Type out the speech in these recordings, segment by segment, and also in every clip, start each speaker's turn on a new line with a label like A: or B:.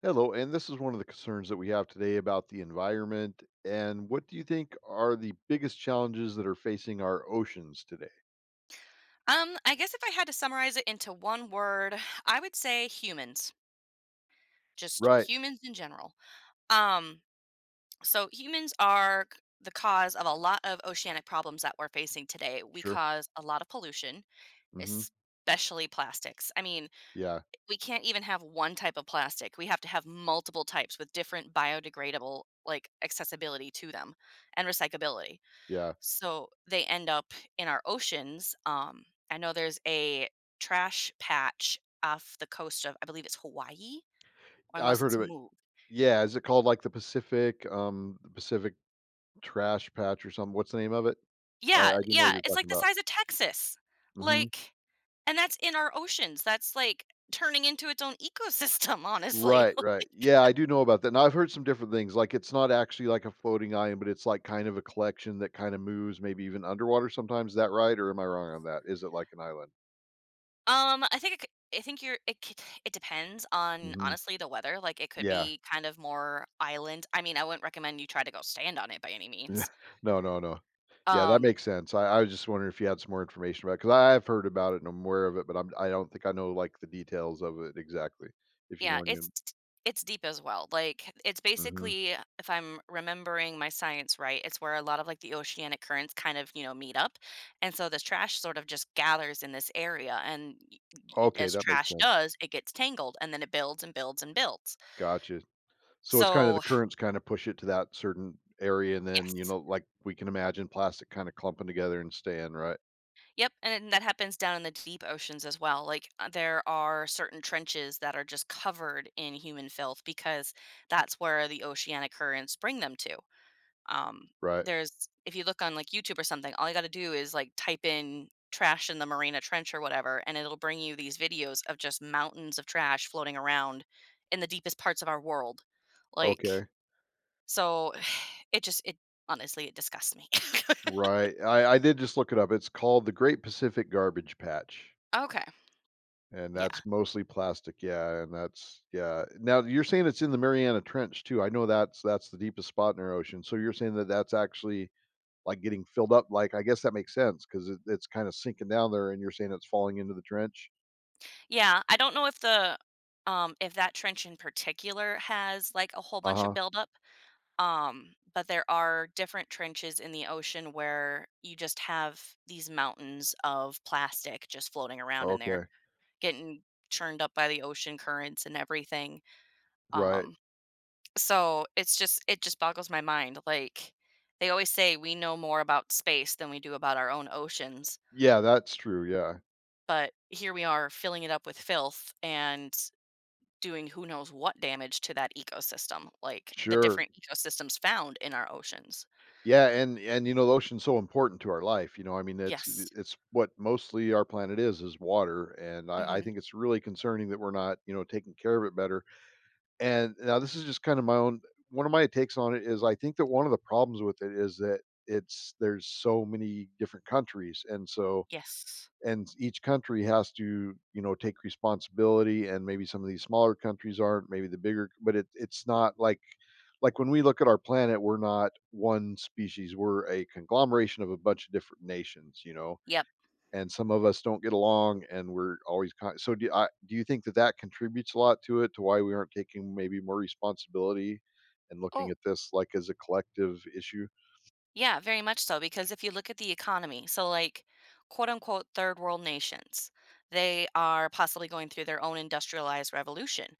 A: Hello, and this is one of the concerns that we have today about the environment. And what do you think are the biggest challenges that are facing our oceans today?
B: I guess if I had to summarize it into one word, I would say humans. Just
A: Right.
B: humans in general. Um, so humans are the cause of a lot of oceanic problems that we're facing today. We
A: Sure.
B: cause a lot of pollution,
A: Hmm.
B: especially plastics. I mean,
A: Yeah.
B: we can't even have one type of plastic. We have to have multiple types with different biodegradable like accessibility to them and recyclability.
A: Yeah,
B: So they end up in our oceans. I know there's a trash patch off the coast of, I believe it's Hawaii, or
A: I've
B: unless
A: heard
B: it's
A: of it.
B: moved.
A: Yeah. Is it called like the Pacific Trash Patch or something? What's the name of it? I,
B: Yeah,
A: I do know what
B: yeah,
A: you're
B: it's like
A: talking
B: the
A: about.
B: size of Texas.
A: Hmm.
B: Like, and that's in our oceans. That's like turning into its own ecosystem, honestly.
A: Right. Right. Yeah, I do know about that. Now I've heard some different things. Like it's not actually like a floating island, but it's like kind of a collection that kind of moves, maybe even underwater sometimes. Is that right? Or am I wrong on that? Is it like an island?
B: I think it depends on,
A: Mhm.
B: honestly, the weather. Like, it could
A: Yeah.
B: be kind of more island. I mean, I wouldn't recommend you try to go stand on it by any means.
A: No, no, no. Yeah, that
B: Um,
A: makes sense. I was just wondering if you had some more information about it, because I have heard about it and I'm aware of it, but I don't think I know, like, the details of it exactly, if you know
B: Yeah,
A: what I
B: it's
A: mean.
B: it's deep as well. Like, it's
A: Mhm.
B: basically, if I'm remembering my science right, it's where a lot of like the oceanic currents kind of meet up, and so this trash sort of just gathers in this area, and
A: Okay,
B: as
A: that makes
B: trash
A: sense.
B: does, it gets tangled, and then it builds and builds and builds.
A: Gotcha. So it's kinda the
B: So
A: currents kinda push it to that certain area, and then, you
B: yes.
A: know, like, we can imagine plastic kinda clumping together and staying, right?
B: Yep, and then that happens down in the deep oceans as well. Like, there are certain trenches that are just covered in human filth because that's where the oceanic currents bring them to. Um,
A: Right.
B: there's if you look on like YouTube or something, all you got to do is like type in trash in the Marina Trench or whatever, and it'll bring you these videos of just mountains of trash floating around in the deepest parts of our world. Like,
A: Okay.
B: so it just, it honestly, it disgusts me.
A: Right. I did just look it up. It's called the Great Pacific Garbage Patch.
B: Okay.
A: And
B: Yeah.
A: that's mostly plastic, yeah, and that's, yeah. Now you're saying it's in the Mariana Trench too. I know that's the deepest spot in our ocean. So you're saying that that's actually like getting filled up. Like I guess that makes sense because it's kind of sinking down there, and you're saying it's falling into the trench.
B: Yeah. I don't know if the if that trench in particular has like a whole
A: Uh
B: bunch of
A: huh.
B: buildup. But there are different trenches in the ocean where you just have these mountains of plastic just floating around in there,
A: Okay.
B: getting churned up by the ocean currents and everything.
A: Right.
B: Um, so it just boggles my mind. Like, they always say we know more about space than we do about our own oceans,
A: Yeah, that's true. Yeah.
B: but here we are filling it up with filth and doing who knows what damage to that ecosystem, like the
A: Sure.
B: different ecosystems found in our oceans.
A: Yeah, and you know the ocean's so important to our life. You know, I mean it's
B: Yes.
A: it's what mostly our planet is water, and I
B: Mhm.
A: think it's really concerning that we're not, you know, taking care of it better. And now this is just kind of my own, one of my takes on it is I think that one of the problems with it is that it's there's so many different countries, and so,
B: Yes.
A: and each country has to, you know, take responsibility, and maybe some of these smaller countries aren't, maybe the bigger, but it's not like, like when we look at our planet, we're not one species, we're a conglomeration of a bunch of different nations, you know,
B: Yep.
A: and some of us don't get along, and we're always so do, do you think that that contributes a lot to it, to why we aren't taking maybe more responsibility and looking
B: Oh,
A: at this like as a collective issue?
B: yeah, very much so. Because if you look at the economy, so like quote unquote third world nations, they are possibly going through their own industrialized revolution.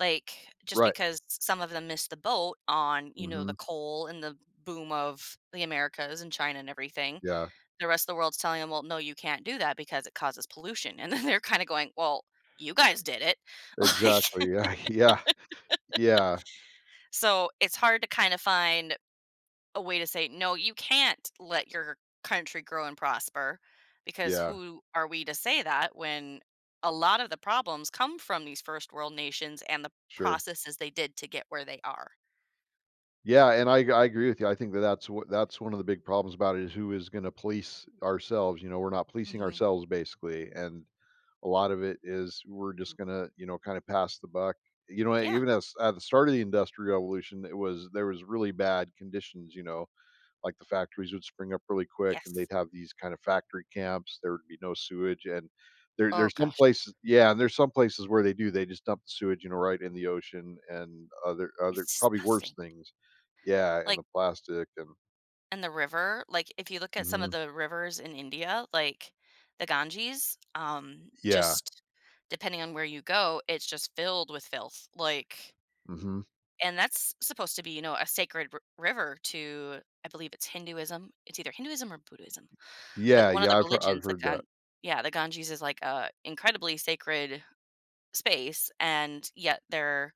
B: Like, just
A: Right.
B: because some of them missed the boat on, you know,
A: Hmm.
B: the coal and the boom of the Americas and China and everything,
A: Yeah,
B: the rest of the world's telling them, well, no, you can't do that because it causes pollution. And then they're kind of going, well, you guys did it. Like,
A: exactly. Yeah. Yeah. Yeah.
B: so it's hard to kind of find a way to say, "No, you can't let your country grow and prosper," because
A: Yeah.
B: who are we to say that when a lot of the problems come from these first world nations and the
A: Sure.
B: processes they did to get where they are.
A: Yeah, and I agree with you. I think that that's what, that's one of the big problems about it, is who is going to police ourselves. You know, we're not policing
B: Mhm.
A: ourselves basically. And a lot of it is we're just gonna, you know, kinda pass the buck. You know,
B: Yeah.
A: even as at the start of the Industrial Revolution, it was, there was really bad conditions, you know, like the factories would spring up really quick and
B: Yes.
A: they'd have these kind of factory camps. There would be no sewage, and there
B: Oh
A: there's some
B: gosh.
A: places, yeah, and there's some places where they do, they just dump the sewage, you know, right in the ocean, and other
B: It's
A: probably worse
B: disgusting.
A: things. Yeah, and the
B: Like,
A: plastic and
B: and the river, like, if you look at some of
A: Mhm.
B: the rivers in India, like the Ganges,
A: Yeah.
B: just depending on where you go, it's just filled with filth, like,
A: Mhm.
B: and that's supposed to be, you know, a sacred river to I believe it's Hinduism. It's either Hinduism or Buddhism, but
A: Yeah,
B: one of
A: yeah,
B: the
A: I've
B: religions,
A: heard that.
B: Yeah, the Ganges is like a incredibly sacred space, and yet they're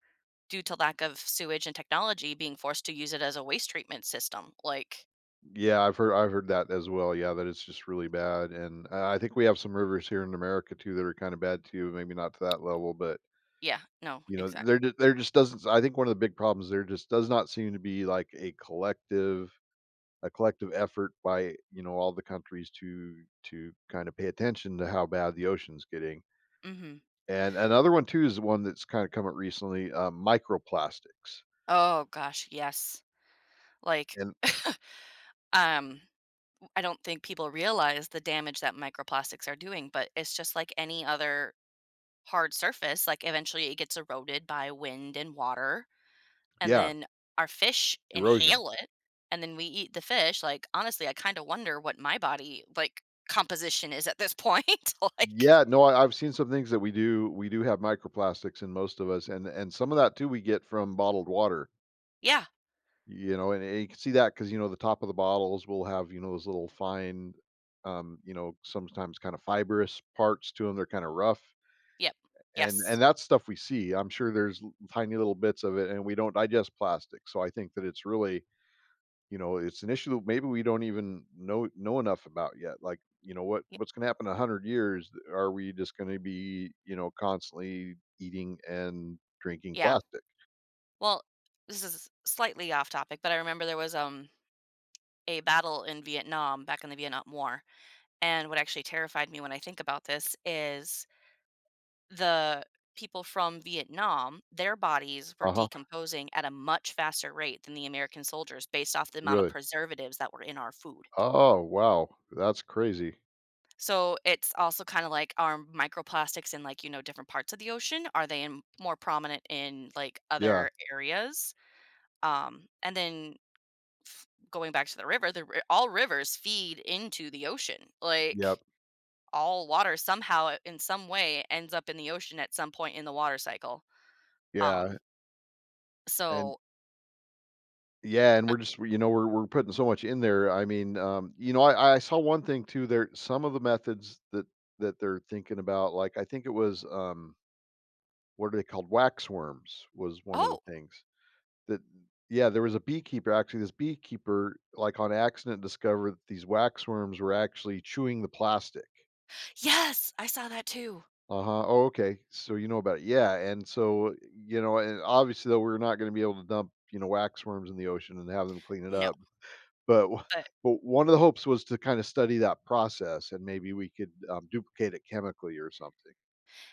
B: due to lack of sewage and technology being forced to use it as a waste treatment system. Like,
A: Yeah, I've heard that as well. Yeah, that it's just really bad, and I think we have some rivers here in America too that are kind of bad too. Maybe not to that level, but
B: yeah, no,
A: you know,
B: exact.
A: there just doesn't. I think one of the big problems, there just does not seem to be like a collective effort by, you know, all the countries to kind of pay attention to how bad the ocean's getting.
B: Hmm.
A: And another one too is one that's kind of come up recently: microplastics
B: Oh gosh, yes. Like,
A: and
B: um, I don't think people realize the damage that microplastics are doing, but it's just like any other hard surface, like, eventually it gets eroded by wind and water, and
A: yeah,
B: then our fish
A: erosion.
B: inhale it, and then we eat the fish, like, honestly, I kinda wonder what my body, like, composition is at this point, like,
A: Yeah, no, I've seen some things that we do have microplastics in most of us, and some of that too we get from bottled water,
B: Yeah,
A: you know, and you can see that because, you know, the top of the bottles will have, you know, those little fine, you know, sometimes kind of fibrous parts to them. They're kind of rough,
B: yep,
A: and
B: yes,
A: that's stuff we see. I'm sure there's tiny little bits of it, and we don't digest plastic, so I think that it's really, you know, it's an issue that maybe we don't even know enough about yet. Like, you know,
B: y
A: what's going to happen in 100 years? Are we just going to be, you know, constantly eating and drinking
B: yeah.
A: plastic?
B: Well, this is slightly off topic, but I remember there was, a battle in Vietnam back in the Vietnam War, and what actually terrified me when I think about this is the people from Vietnam, their bodies were
A: Uh huh.
B: decomposing at a much faster rate than the American soldiers based off the amount of
A: Really?
B: preservatives that were in our food.
A: Oh wow, that's crazy.
B: So it's also kind of like our microplastics in, like, you know, different parts of the ocean. Are they in more prominent in like
A: Yeah.
B: other areas? Um, and then going back to the river, all rivers feed into the ocean.
A: Yep.
B: Like, all water somehow in some way ends up in the ocean at some point in the water cycle.
A: Yeah.
B: Um,
A: And
B: so
A: yeah, and we're just, you know, we're putting so much in there. I mean, you know, I saw one thing too. There, some of the methods that they're thinking about, like I think it was what are they called? Wax worms was one of the
B: Oh,
A: things. That Yeah, there was a beekeeper actually, this beekeeper, like, on accident discovered that these waxworms were actually chewing the plastic.
B: yes, I saw that too.
A: Uh-huh, oh, okay, so you know about it. Yeah, and so, you know, and obviously, though, we're not gonna be able to dump, you know, waxworms in the ocean and have them clean it
B: No,
A: up, but o
B: but
A: but one of the hopes was to kinda study that process, and maybe we could, duplicate it chemically or something.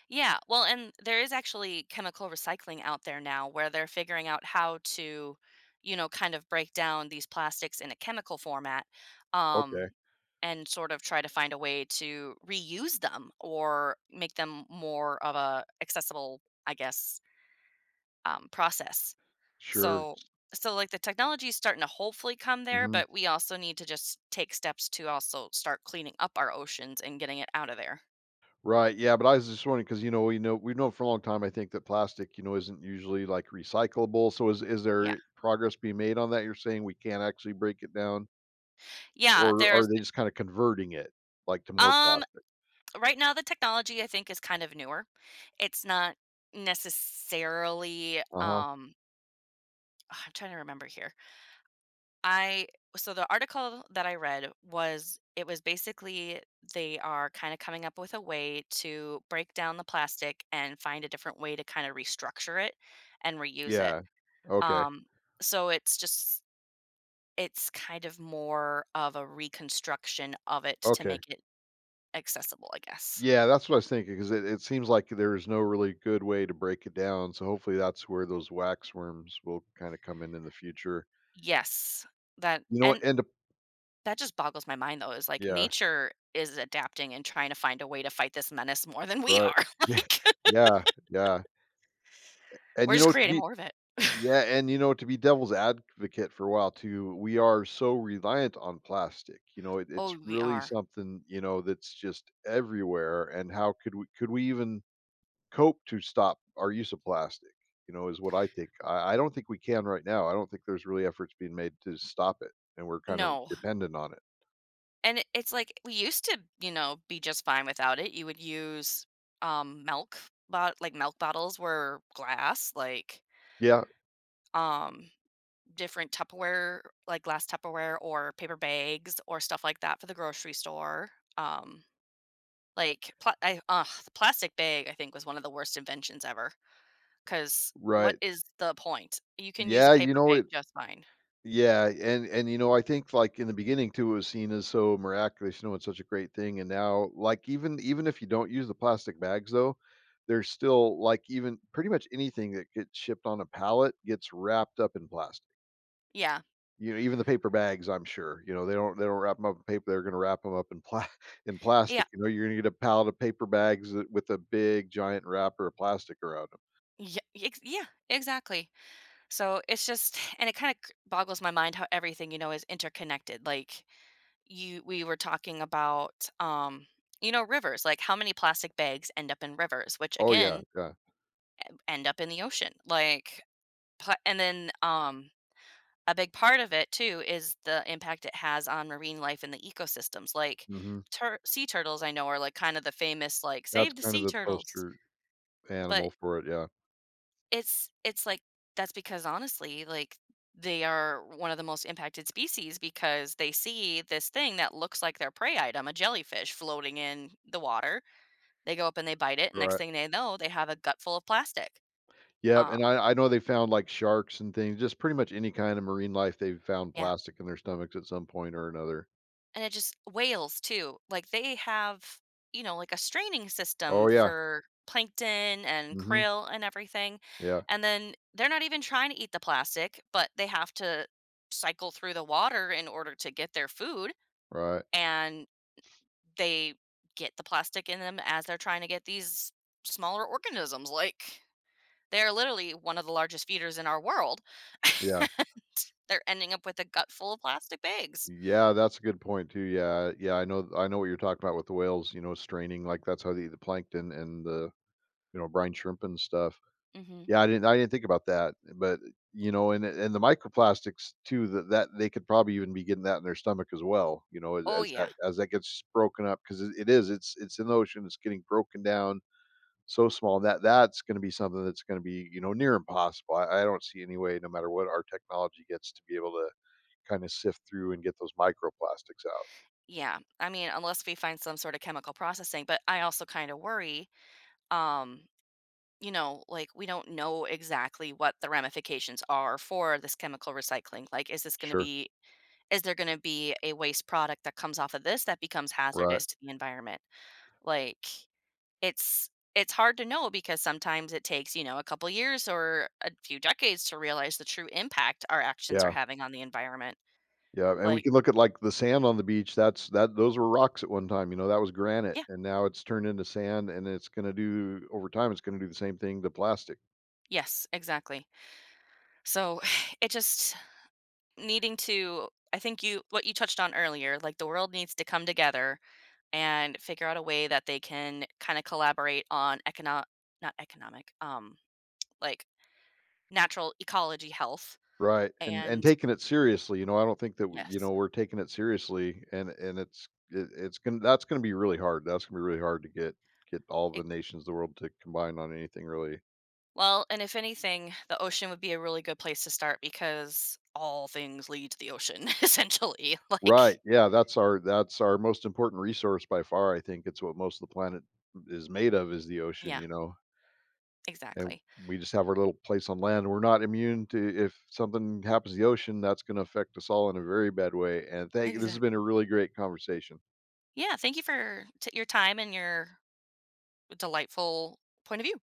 B: yeah, well, and there is actually chemical recycling out there now where they're figuring out how to, you know, kind of break down these plastics in a chemical format,
A: Okay,
B: um, and sort of try to find a way to reuse them or make them more of a accessible, I guess, process.
A: sure,
B: So so like the technology is starting to hopefully come there,
A: mhm.
B: but we also need to just take steps to also start cleaning up our oceans and getting it out of there.
A: Right, yeah, but I was just wondering because, you know, we've known for a long time, I think, that plastic, you know, isn't usually, like, recyclable, so is
B: Yeah.
A: there progress being made on that? You're saying we can't actually break it down,
B: Yeah,
A: or are
B: there's
A: they just kinda converting it, like, to more
B: um
A: plastic?
B: right now the technology I think is kind of newer. It's not necessarily
A: Uh-huh.
B: I'm trying to remember here. I so the article that I read was it was basically they are kind of coming up with a way to break down the plastic and find a different way to kind of restructure it and reuse it.
A: Yeah. Okay,
B: Um so it's kind of more of a reconstruction of it to
A: okay.
B: make it accessible, I guess.
A: Yeah, that's what I was thinking because it seems like there's no really good way to break it down, so hopefully that's where those wax worms will kinda come in the future.
B: Yes. That,
A: You know what,
B: and
A: and to
B: that just boggles my mind though is like
A: Yeah,
B: nature is adapting and trying to find a way to fight this menace more than we
A: right.
B: are.
A: Yeah,
B: Like,
A: yeah, yeah, and,
B: we're
A: you
B: just
A: know, to
B: creating
A: be
B: more of it.
A: Yeah, and you know, to be devil's advocate for a while too, we are so reliant on plastic. You know, it's
B: Oh, we
A: really
B: are.
A: something, you know, that's just everywhere. And how could we even cope to stop our use of plastic? You know, is what I think. I don't think we can right now. I don't think there's really efforts being made to stop it, and we're kind of
B: No.
A: dependent on it.
B: And it it's like we used to, you know, be just fine without it. You would use milk bot like milk bottles were glass, like,
A: Yeah,
B: um different Tupperware, like glass Tupperware or paper bags or stuff like that for the grocery store. Um the plastic bag I think was one of the worst inventions ever cuz what
A: right.
B: is the point? You can use a
A: Yeah, you
B: paper
A: know
B: bag
A: it.
B: just fine.
A: Yeah, and, you know, I think, like, in the beginning too, it was seen as so miraculous, you know, it's such a great thing, and now, like, even if you don't use the plastic bags, though, there's still, like, even pretty much anything that gets shipped on a pallet gets wrapped up in plastic.
B: Yeah.
A: You know, even the paper bags, I'm sure, you know, they don't wrap them up in paper, they're gonna wrap them up in pla in
B: Yeah.
A: plastic, you know, you're gonna get a pallet of paper bags that with a big giant wrapper of plastic around them.
B: Yeah, exactly. So it's just and it kind of boggles my mind how everything, you know, is interconnected. Like, you we were talking about, you know, rivers, like how many plastic bags end up in rivers, which
A: Oh, yeah,
B: again
A: yeah,
B: end up in the ocean. Like pla- and then a big part of it too is the impact it has on marine life and the ecosystems. Like,
A: mhm.
B: sea turtles I know are like kind of the famous like
A: That's
B: save the
A: kind of
B: sea
A: the
B: turtles,
A: poster animal
B: but
A: for it, yeah,
B: It's like that's because honestly, like, they are one of the most impacted species because they see this thing that looks like their prey item, a jellyfish floating in the water. They go up and they bite it. Next
A: right.
B: thing they know, they have a gut full of plastic.
A: Yep,
B: Um,
A: and I know they found, like, sharks and things, just pretty much any kind of marine life, they've found
B: yeah.
A: plastic in their stomachs at some point or another.
B: And it just whales too. Like, they have, you know, like a straining
A: Oh,
B: system
A: yeah.
B: for plankton and
A: Mhm.
B: krill and everything.
A: Yeah.
B: And then they're not even trying to eat the plastic, but they have to cycle through the water in order to get their food,
A: Right.
B: and they get the plastic in them as they're trying to get these smaller organisms. Like, they're literally one of the largest feeders in our world.
A: Yeah.
B: They're ending up with a gut full of plastic bags.
A: Yeah, that's a good point too, yeah. Yeah, I know what you're talking about with the whales, you know, straining, like, that's how they eat the plankton and the, you know, brine shrimp and stuff.
B: Hmm.
A: Yeah, I didn't think about that, but, you know, and the microplastics too, that they could probably even be getting that in their stomach as well, you know, as
B: Oh
A: that
B: yeah.
A: as that gets broken up, 'cause it is, it's in the ocean, it's getting broken down so small that that's gonna be something that's gonna be, you know, near impossible. I don't see any way, no matter what our technology gets, to be able to kinda sift through and get those microplastics out.
B: Yeah. I mean, unless we find some sort of chemical processing, but I also kind of worry, um you know, like we don't know exactly what the ramifications are for this chemical recycling. Like,
A: Sure.
B: is there going to be a waste product that comes off of this that becomes
A: Right.
B: hazardous to the environment? Like, it's hard to know because sometimes it takes, you know, a couple years or a few decades to realize the true impact our actions are
A: Yeah.
B: having on the environment.
A: Yeah, and we
B: Like,
A: can look at, like, the sand on the beach, that, those were rocks at one time, you know, that was granite,
B: yeah,
A: and now it's turned into sand, and it's gonna do, over time, it's gonna do the same thing to plastic.
B: yes, exactly. So, it just needing to, I think, you what you touched on earlier, like the world needs to come together and figure out a way that they can kind of collaborate on econo not economic, like natural ecology health,
A: Right, and
B: and
A: taking it seriously, you know, I don't think that w you
B: yes.
A: know, we're taking it seriously, and it's, it's gonna, that's gonna be really hard, that's gonna be really hard to get all the nations of the world to combine on anything really.
B: Well, and if anything, the ocean would be a really good place to start because all things lead to the ocean, essentially. Like,
A: Right, yeah, that's our most important resource by far, I think, it's what most of the planet is made of is the ocean,
B: yeah,
A: you know? And
B: exactly.
A: we just have our little place on land. We're not immune to, if something happens to the ocean, that's going to affect us all in a very bad way. And thank you. This has been
B: Exactly.
A: a really great conversation.
B: Yeah, thank you for your time and your delightful point of view.